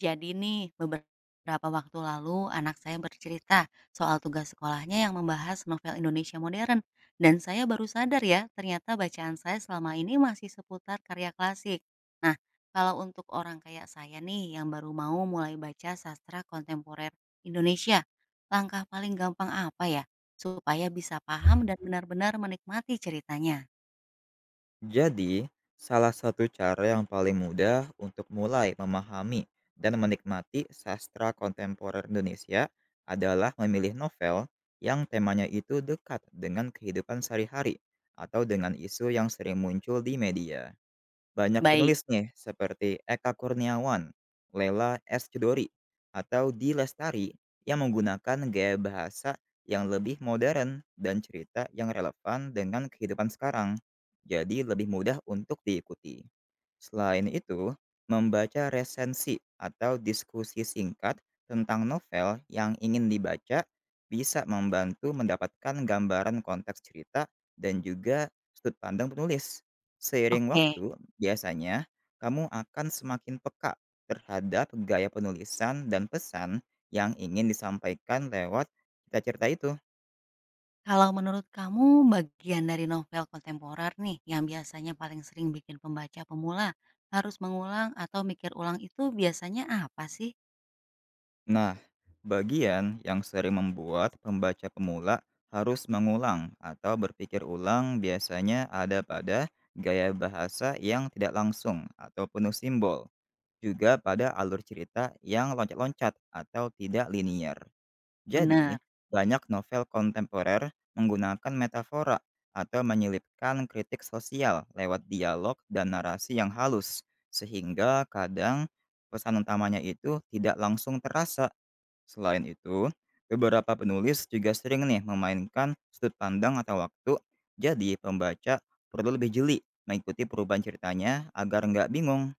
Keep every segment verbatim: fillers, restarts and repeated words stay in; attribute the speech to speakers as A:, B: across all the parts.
A: Jadi nih, beberapa waktu lalu anak saya bercerita soal tugas sekolahnya yang membahas novel Indonesia modern. Dan saya baru sadar ya, ternyata bacaan saya selama ini masih seputar karya klasik. Nah, kalau untuk orang kayak saya nih yang baru mau mulai baca sastra kontemporer Indonesia, langkah paling gampang apa ya? Supaya bisa paham dan benar-benar menikmati ceritanya.
B: Jadi, salah satu cara yang paling mudah untuk mulai memahami dan menikmati sastra kontemporer Indonesia adalah memilih novel yang temanya itu dekat dengan kehidupan sehari-hari atau dengan isu yang sering muncul di media. Banyak
A: Baik,
B: penulis nih seperti Eka Kurniawan, Lela es. Chudori, atau Di Lestari yang menggunakan gaya bahasa yang lebih modern dan cerita yang relevan dengan kehidupan sekarang. Jadi lebih mudah untuk diikuti. Selain itu, membaca resensi atau diskusi singkat tentang novel yang ingin dibaca bisa membantu mendapatkan gambaran konteks cerita dan juga sudut pandang penulis. Seiring
A: oke.
B: waktu, biasanya, kamu akan semakin peka terhadap gaya penulisan dan pesan yang ingin disampaikan lewat cerita-cerita itu.
A: Kalau menurut kamu bagian dari novel kontemporer nih yang biasanya paling sering bikin pembaca pemula harus mengulang atau mikir ulang itu biasanya apa sih?
B: Nah, bagian yang sering membuat pembaca pemula harus mengulang atau berpikir ulang biasanya ada pada gaya bahasa yang tidak langsung atau penuh simbol, juga pada alur cerita yang loncat-loncat atau tidak linier. Jadi,
A: Benar.
B: banyak novel kontemporer menggunakan metafora atau menyelipkan kritik sosial lewat dialog dan narasi yang halus, sehingga kadang pesan utamanya itu tidak langsung terasa. Selain itu, beberapa penulis juga sering nih memainkan sudut pandang atau waktu, jadi pembaca perlu lebih jeli mengikuti perubahan ceritanya agar nggak bingung.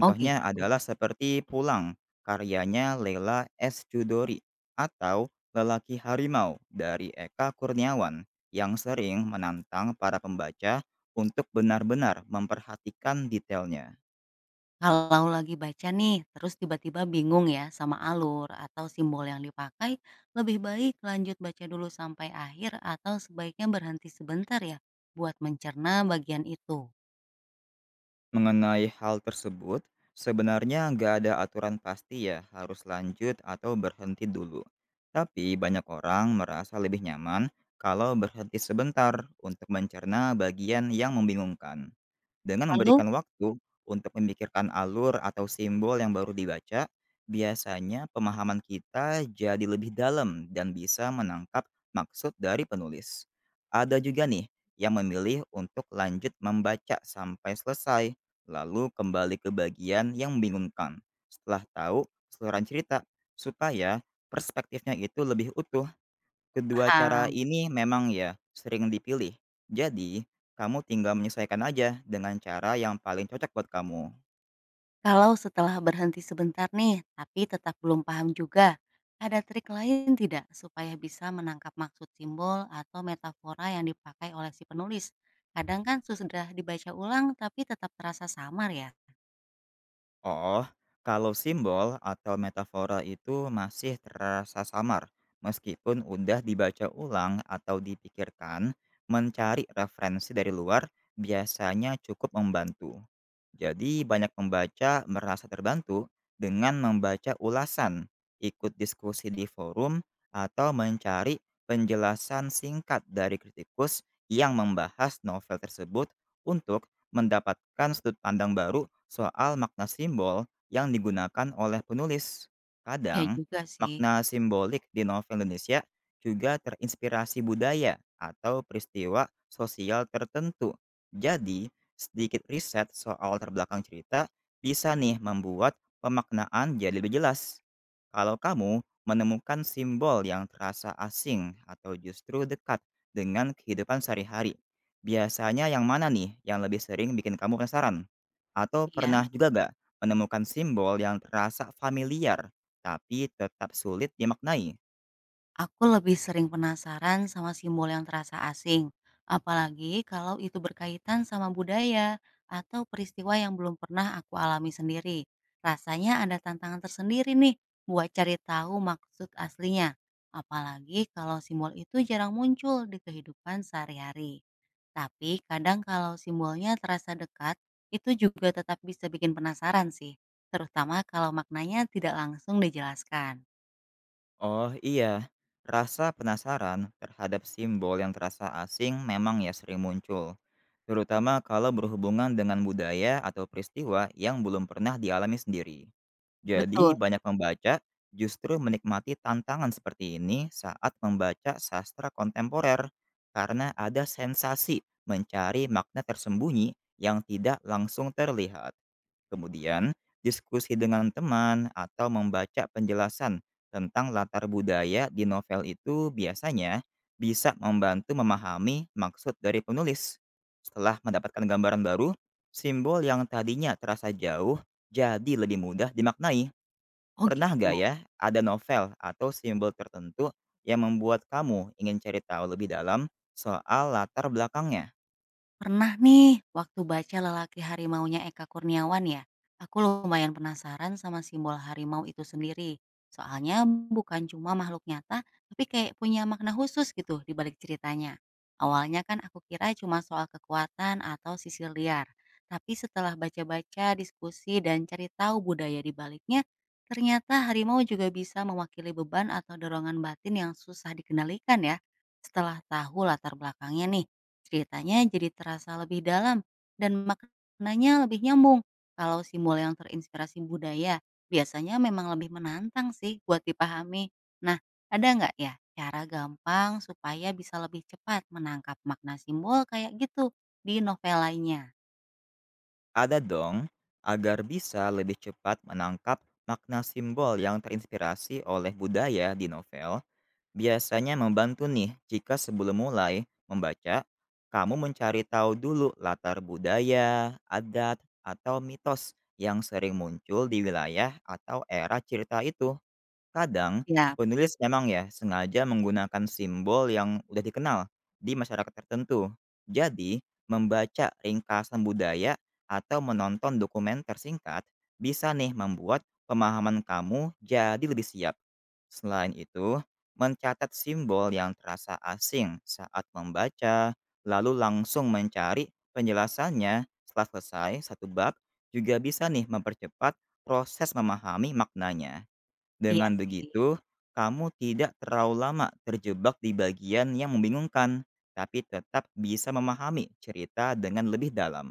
A: Oh gitu.
B: adalah seperti Pulang, karyanya Leila es. Chudori, atau Lelaki Harimau dari Eka Kurniawan, yang sering menantang para pembaca untuk benar-benar memperhatikan detailnya.
A: Kalau lagi baca nih terus tiba-tiba bingung ya sama alur atau simbol yang dipakai, lebih baik lanjut baca dulu sampai akhir atau sebaiknya berhenti sebentar ya buat mencerna bagian itu.
B: Mengenai hal tersebut, sebenarnya nggak ada aturan pasti ya harus lanjut atau berhenti dulu. Tapi banyak orang merasa lebih nyaman kalau berhenti sebentar untuk mencerna bagian yang membingungkan. Dengan
A: Lalu
B: memberikan waktu untuk memikirkan alur atau simbol yang baru dibaca, biasanya pemahaman kita jadi lebih dalam dan bisa menangkap maksud dari penulis. Ada juga nih yang memilih untuk lanjut membaca sampai selesai, lalu kembali ke bagian yang membingungkan setelah tahu keseluruhan cerita, supaya perspektifnya itu lebih utuh. Kedua cara
A: paham.
B: ini memang ya sering dipilih. Jadi, kamu tinggal menyesuaikan aja dengan cara yang paling cocok buat kamu.
A: Kalau setelah berhenti sebentar nih, tapi tetap belum paham juga, ada trik lain tidak supaya bisa menangkap maksud simbol atau metafora yang dipakai oleh si penulis? Kadang kan sudah dibaca ulang tapi tetap terasa samar ya.
B: Oh, kalau simbol atau metafora itu masih terasa samar, meskipun udah dibaca ulang atau dipikirkan, mencari referensi dari luar biasanya cukup membantu. Jadi banyak pembaca merasa terbantu dengan membaca ulasan, ikut diskusi di forum, atau mencari penjelasan singkat dari kritikus yang membahas novel tersebut untuk mendapatkan sudut pandang baru soal makna simbol yang digunakan oleh penulis.
A: Ya
B: Kadang,
A: juga sih.
B: makna simbolik di novel Indonesia juga terinspirasi budaya atau peristiwa sosial tertentu. Jadi, sedikit riset soal terbelakang cerita bisa nih membuat pemaknaan jadi lebih jelas. Kalau kamu menemukan simbol yang terasa asing atau justru dekat dengan kehidupan sehari-hari, biasanya yang mana nih yang lebih sering bikin kamu penasaran? Atau
A: Iya.
B: pernah juga gak menemukan simbol yang terasa familiar tapi tetap sulit dimaknai?
A: Aku lebih sering penasaran sama simbol yang terasa asing, apalagi kalau itu berkaitan sama budaya atau peristiwa yang belum pernah aku alami sendiri. Rasanya ada tantangan tersendiri nih buat cari tahu maksud aslinya, apalagi kalau simbol itu jarang muncul di kehidupan sehari-hari. Tapi kadang kalau simbolnya terasa dekat, itu juga tetap bisa bikin penasaran sih, terutama kalau maknanya tidak langsung dijelaskan.
B: Oh iya, rasa penasaran terhadap simbol yang terasa asing memang ya sering muncul. Terutama kalau berhubungan dengan budaya atau peristiwa yang belum pernah dialami sendiri.
A: Betul.
B: Jadi banyak membaca justru menikmati tantangan seperti ini saat membaca sastra kontemporer karena ada sensasi mencari makna tersembunyi yang tidak langsung terlihat. Kemudian, diskusi dengan teman atau membaca penjelasan tentang latar budaya di novel itu biasanya bisa membantu memahami maksud dari penulis. Setelah mendapatkan gambaran baru, simbol yang tadinya terasa jauh jadi lebih mudah dimaknai.
A: Oh gitu.
B: Pernah nggak ya, ada novel atau simbol tertentu yang membuat kamu ingin cari tahu lebih dalam soal latar belakangnya?
A: Pernah nih, waktu baca Lelaki Harimaunya Eka Kurniawan ya, aku lumayan penasaran sama simbol harimau itu sendiri. Soalnya bukan cuma makhluk nyata, tapi kayak punya makna khusus gitu di balik ceritanya. Awalnya kan aku kira cuma soal kekuatan atau sisi liar. Tapi setelah baca-baca, diskusi, dan cari tahu budaya di baliknya, ternyata harimau juga bisa mewakili beban atau dorongan batin yang susah dikendalikan ya. Setelah tahu latar belakangnya nih, ceritanya jadi terasa lebih dalam dan maknanya lebih nyambung. Kalau simbol yang terinspirasi budaya biasanya memang lebih menantang sih buat dipahami. Nah, ada nggak ya cara gampang supaya bisa lebih cepat menangkap makna simbol kayak gitu di novel lainnya?
B: Ada dong, agar bisa lebih cepat menangkap makna simbol yang terinspirasi oleh budaya di novel, biasanya membantu nih jika sebelum mulai membaca, kamu mencari tahu dulu latar budaya, adat, atau mitos yang sering muncul di wilayah atau era cerita itu. Kadang,
A: Ya,
B: penulis memang ya sengaja menggunakan simbol yang udah dikenal di masyarakat tertentu. Jadi, membaca ringkasan budaya atau menonton dokumen tersingkat bisa nih membuat pemahaman kamu jadi lebih siap. Selain itu, mencatat simbol yang terasa asing saat membaca, lalu langsung mencari penjelasannya setelah selesai satu bab juga bisa nih mempercepat proses memahami maknanya.
A: iya
B: Dengan
A: sih.
B: begitu, kamu tidak terlalu lama terjebak di bagian yang membingungkan, tapi tetap bisa memahami cerita dengan lebih dalam.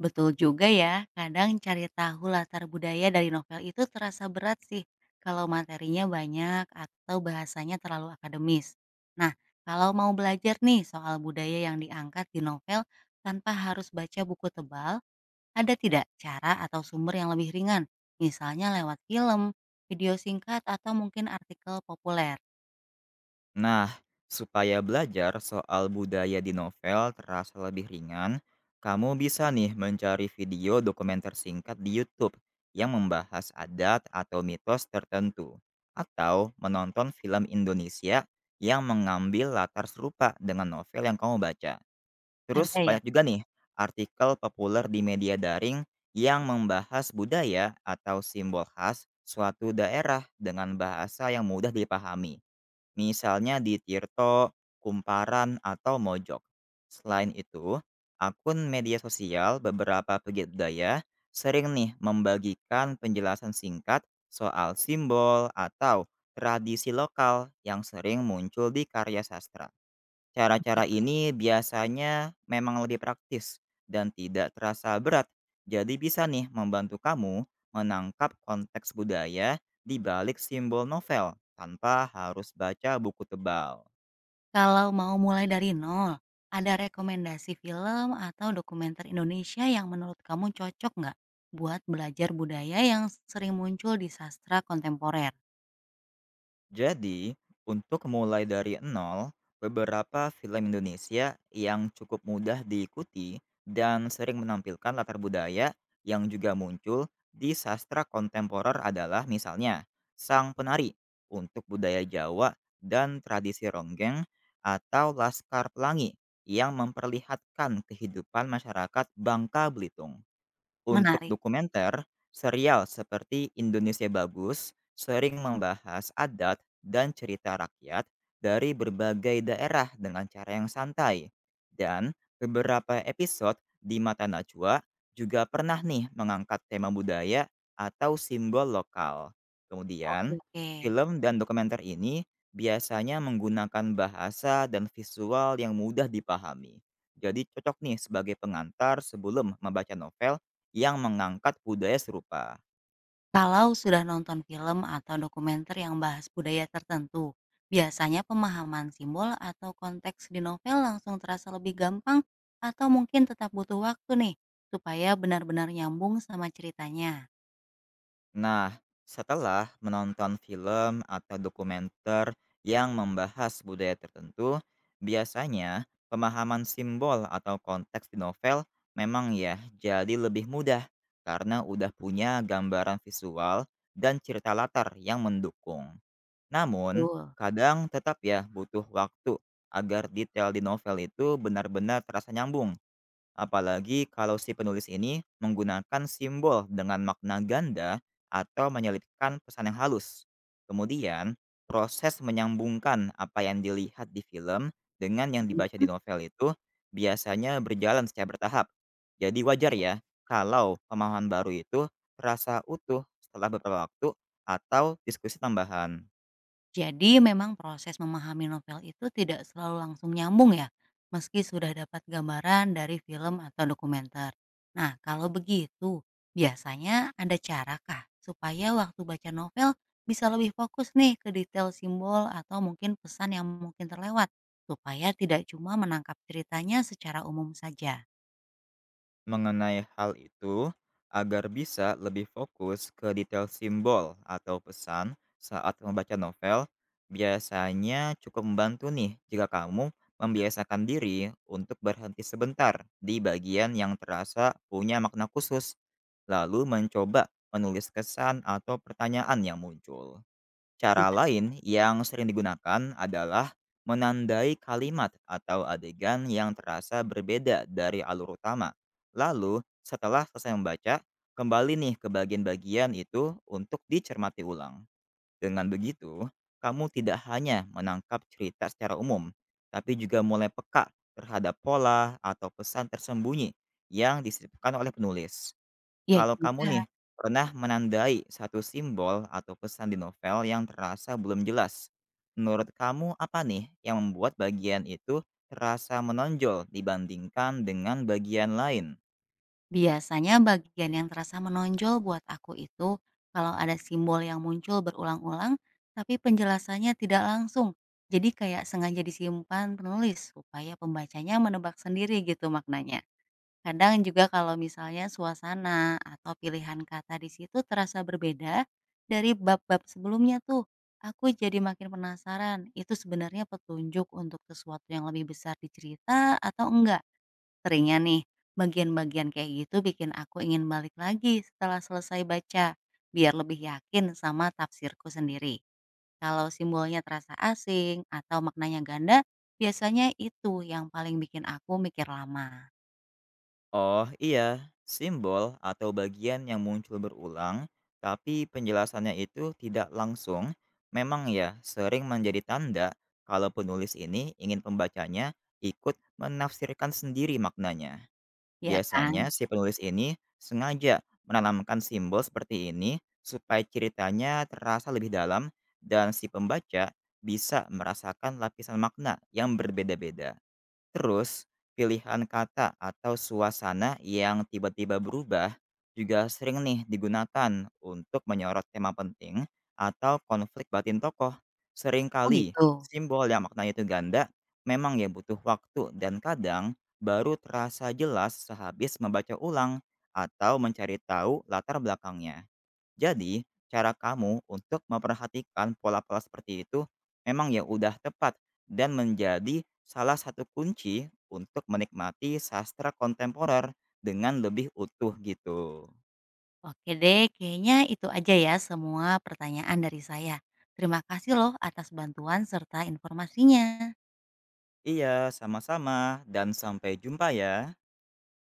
A: Betul juga ya, kadang cari tahu latar budaya dari novel itu terasa berat sih kalau materinya banyak atau bahasanya terlalu akademis. Nah, kalau mau belajar nih soal budaya yang diangkat di novel tanpa harus baca buku tebal, ada tidak cara atau sumber yang lebih ringan? Misalnya lewat film, video singkat, atau mungkin artikel populer.
B: Nah, supaya belajar soal budaya di novel terasa lebih ringan, kamu bisa nih mencari video dokumenter singkat di YouTube yang membahas adat atau mitos tertentu, atau menonton film Indonesia yang mengambil latar serupa dengan novel yang kamu baca. Terus
A: Ada ya?
B: banyak juga nih artikel populer di media daring yang membahas budaya atau simbol khas suatu daerah dengan bahasa yang mudah dipahami. Misalnya di Tirto, Kumparan, atau Mojok. Selain itu, akun media sosial beberapa pegiat budaya sering nih membagikan penjelasan singkat soal simbol atau tradisi lokal yang sering muncul di karya sastra.
A: Oke.
B: Cara-cara ini biasanya memang lebih praktis dan tidak terasa berat. Jadi bisa nih membantu kamu menangkap konteks budaya di balik simbol novel tanpa harus baca buku tebal.
A: Kalau mau mulai dari nol, ada rekomendasi film atau dokumenter Indonesia yang menurut kamu cocok nggak buat belajar budaya yang sering muncul di sastra kontemporer?
B: Jadi, untuk mulai dari nol, beberapa film Indonesia yang cukup mudah diikuti dan sering menampilkan latar budaya yang juga muncul di sastra kontemporer adalah misalnya Sang Penari untuk budaya Jawa dan tradisi ronggeng, atau Laskar Pelangi yang memperlihatkan kehidupan masyarakat Bangka Belitung. Untuk
A: Menarik.
B: dokumenter, serial seperti Indonesia Bagus sering membahas adat dan cerita rakyat dari berbagai daerah dengan cara yang santai. Dan beberapa episode di Mata Najwa juga pernah nih mengangkat tema budaya atau simbol lokal.
A: Oke,
B: Kemudian,
A: oke.
B: film dan dokumenter ini biasanya menggunakan bahasa dan visual yang mudah dipahami. Jadi cocok nih sebagai pengantar sebelum membaca novel yang mengangkat budaya serupa.
A: Kalau sudah nonton film atau dokumenter yang bahas budaya tertentu, biasanya pemahaman simbol atau konteks di novel langsung terasa lebih gampang atau mungkin tetap butuh waktu nih supaya benar-benar nyambung sama ceritanya.
B: Nah, setelah menonton film atau dokumenter yang membahas budaya tertentu, biasanya pemahaman simbol atau konteks di novel memang ya jadi lebih mudah karena udah punya gambaran visual dan cerita latar yang mendukung. Namun,
A: Betul.
B: kadang tetap ya butuh waktu agar detail di novel itu benar-benar terasa nyambung. Apalagi kalau si penulis ini menggunakan simbol dengan makna ganda atau menyelipkan pesan yang halus. Kemudian, proses menyambungkan apa yang dilihat di film dengan yang dibaca
A: Mhm.
B: di novel itu biasanya berjalan secara bertahap. Jadi wajar
A: Oke.
B: ya kalau pemahaman baru itu terasa utuh setelah beberapa waktu atau diskusi tambahan.
A: Jadi memang proses memahami novel itu tidak selalu langsung nyambung ya, meski sudah dapat gambaran dari film atau dokumenter. Nah, kalau begitu, biasanya ada cara kah supaya waktu baca novel bisa lebih fokus nih ke detail simbol atau mungkin pesan yang mungkin terlewat, supaya tidak cuma menangkap ceritanya secara umum saja?
B: Mengenai hal itu, agar bisa lebih fokus ke detail simbol atau pesan saat membaca novel, biasanya cukup membantu nih jika kamu membiasakan diri untuk berhenti sebentar di bagian yang terasa punya makna khusus, lalu mencoba menulis kesan atau pertanyaan yang muncul. Cara
A: Iya.
B: lain yang sering digunakan adalah menandai kalimat atau adegan yang terasa berbeda dari alur utama. Lalu, setelah selesai membaca, kembali nih ke bagian-bagian itu untuk dicermati ulang. Dengan begitu, kamu tidak hanya menangkap cerita secara umum, tapi juga mulai peka terhadap pola atau pesan tersembunyi yang disisipkan oleh penulis.
A: Iya
B: Kalau kamu
A: juga.
B: nih, pernah menandai satu simbol atau pesan di novel yang terasa belum jelas. Menurut kamu apa nih yang membuat bagian itu terasa menonjol dibandingkan dengan bagian lain?
A: Biasanya bagian yang terasa menonjol buat aku itu kalau ada simbol yang muncul berulang-ulang tapi penjelasannya tidak langsung. Jadi kayak sengaja disimpan penulis supaya pembacanya menebak sendiri gitu maknanya. Kadang juga kalau misalnya suasana atau pilihan kata di situ terasa berbeda dari bab-bab sebelumnya tuh. Aku jadi makin penasaran, itu sebenarnya petunjuk untuk sesuatu yang lebih besar di cerita atau enggak? Seringnya nih, bagian-bagian kayak gitu bikin aku ingin balik lagi setelah selesai baca, biar lebih yakin sama tafsirku sendiri. Kalau simbolnya terasa asing atau maknanya ganda, biasanya itu yang paling bikin aku mikir lama,
B: Oh iya, simbol atau bagian yang muncul berulang tapi penjelasannya itu tidak langsung memang ya sering menjadi tanda kalau penulis ini ingin pembacanya ikut menafsirkan sendiri maknanya.
A: ya kan?
B: Biasanya si penulis ini sengaja menanamkan simbol seperti ini supaya ceritanya terasa lebih dalam dan si pembaca bisa merasakan lapisan makna yang berbeda-beda. Terus, pilihan kata atau suasana yang tiba-tiba berubah juga sering nih digunakan untuk menyorot tema penting atau konflik batin tokoh.
A: Oh
B: Seringkali,
A: gitu.
B: simbol yang maknanya itu ganda memang ya butuh waktu dan kadang baru terasa jelas sehabis membaca ulang atau mencari tahu latar belakangnya. Jadi, cara kamu untuk memperhatikan pola-pola seperti itu memang ya udah tepat dan menjadi salah satu kunci untuk menikmati sastra kontemporer dengan lebih utuh gitu.
A: Oke deh, kayaknya itu aja ya semua pertanyaan dari saya. Terima kasih loh atas bantuan serta informasinya.
B: Iya, sama-sama dan sampai jumpa ya.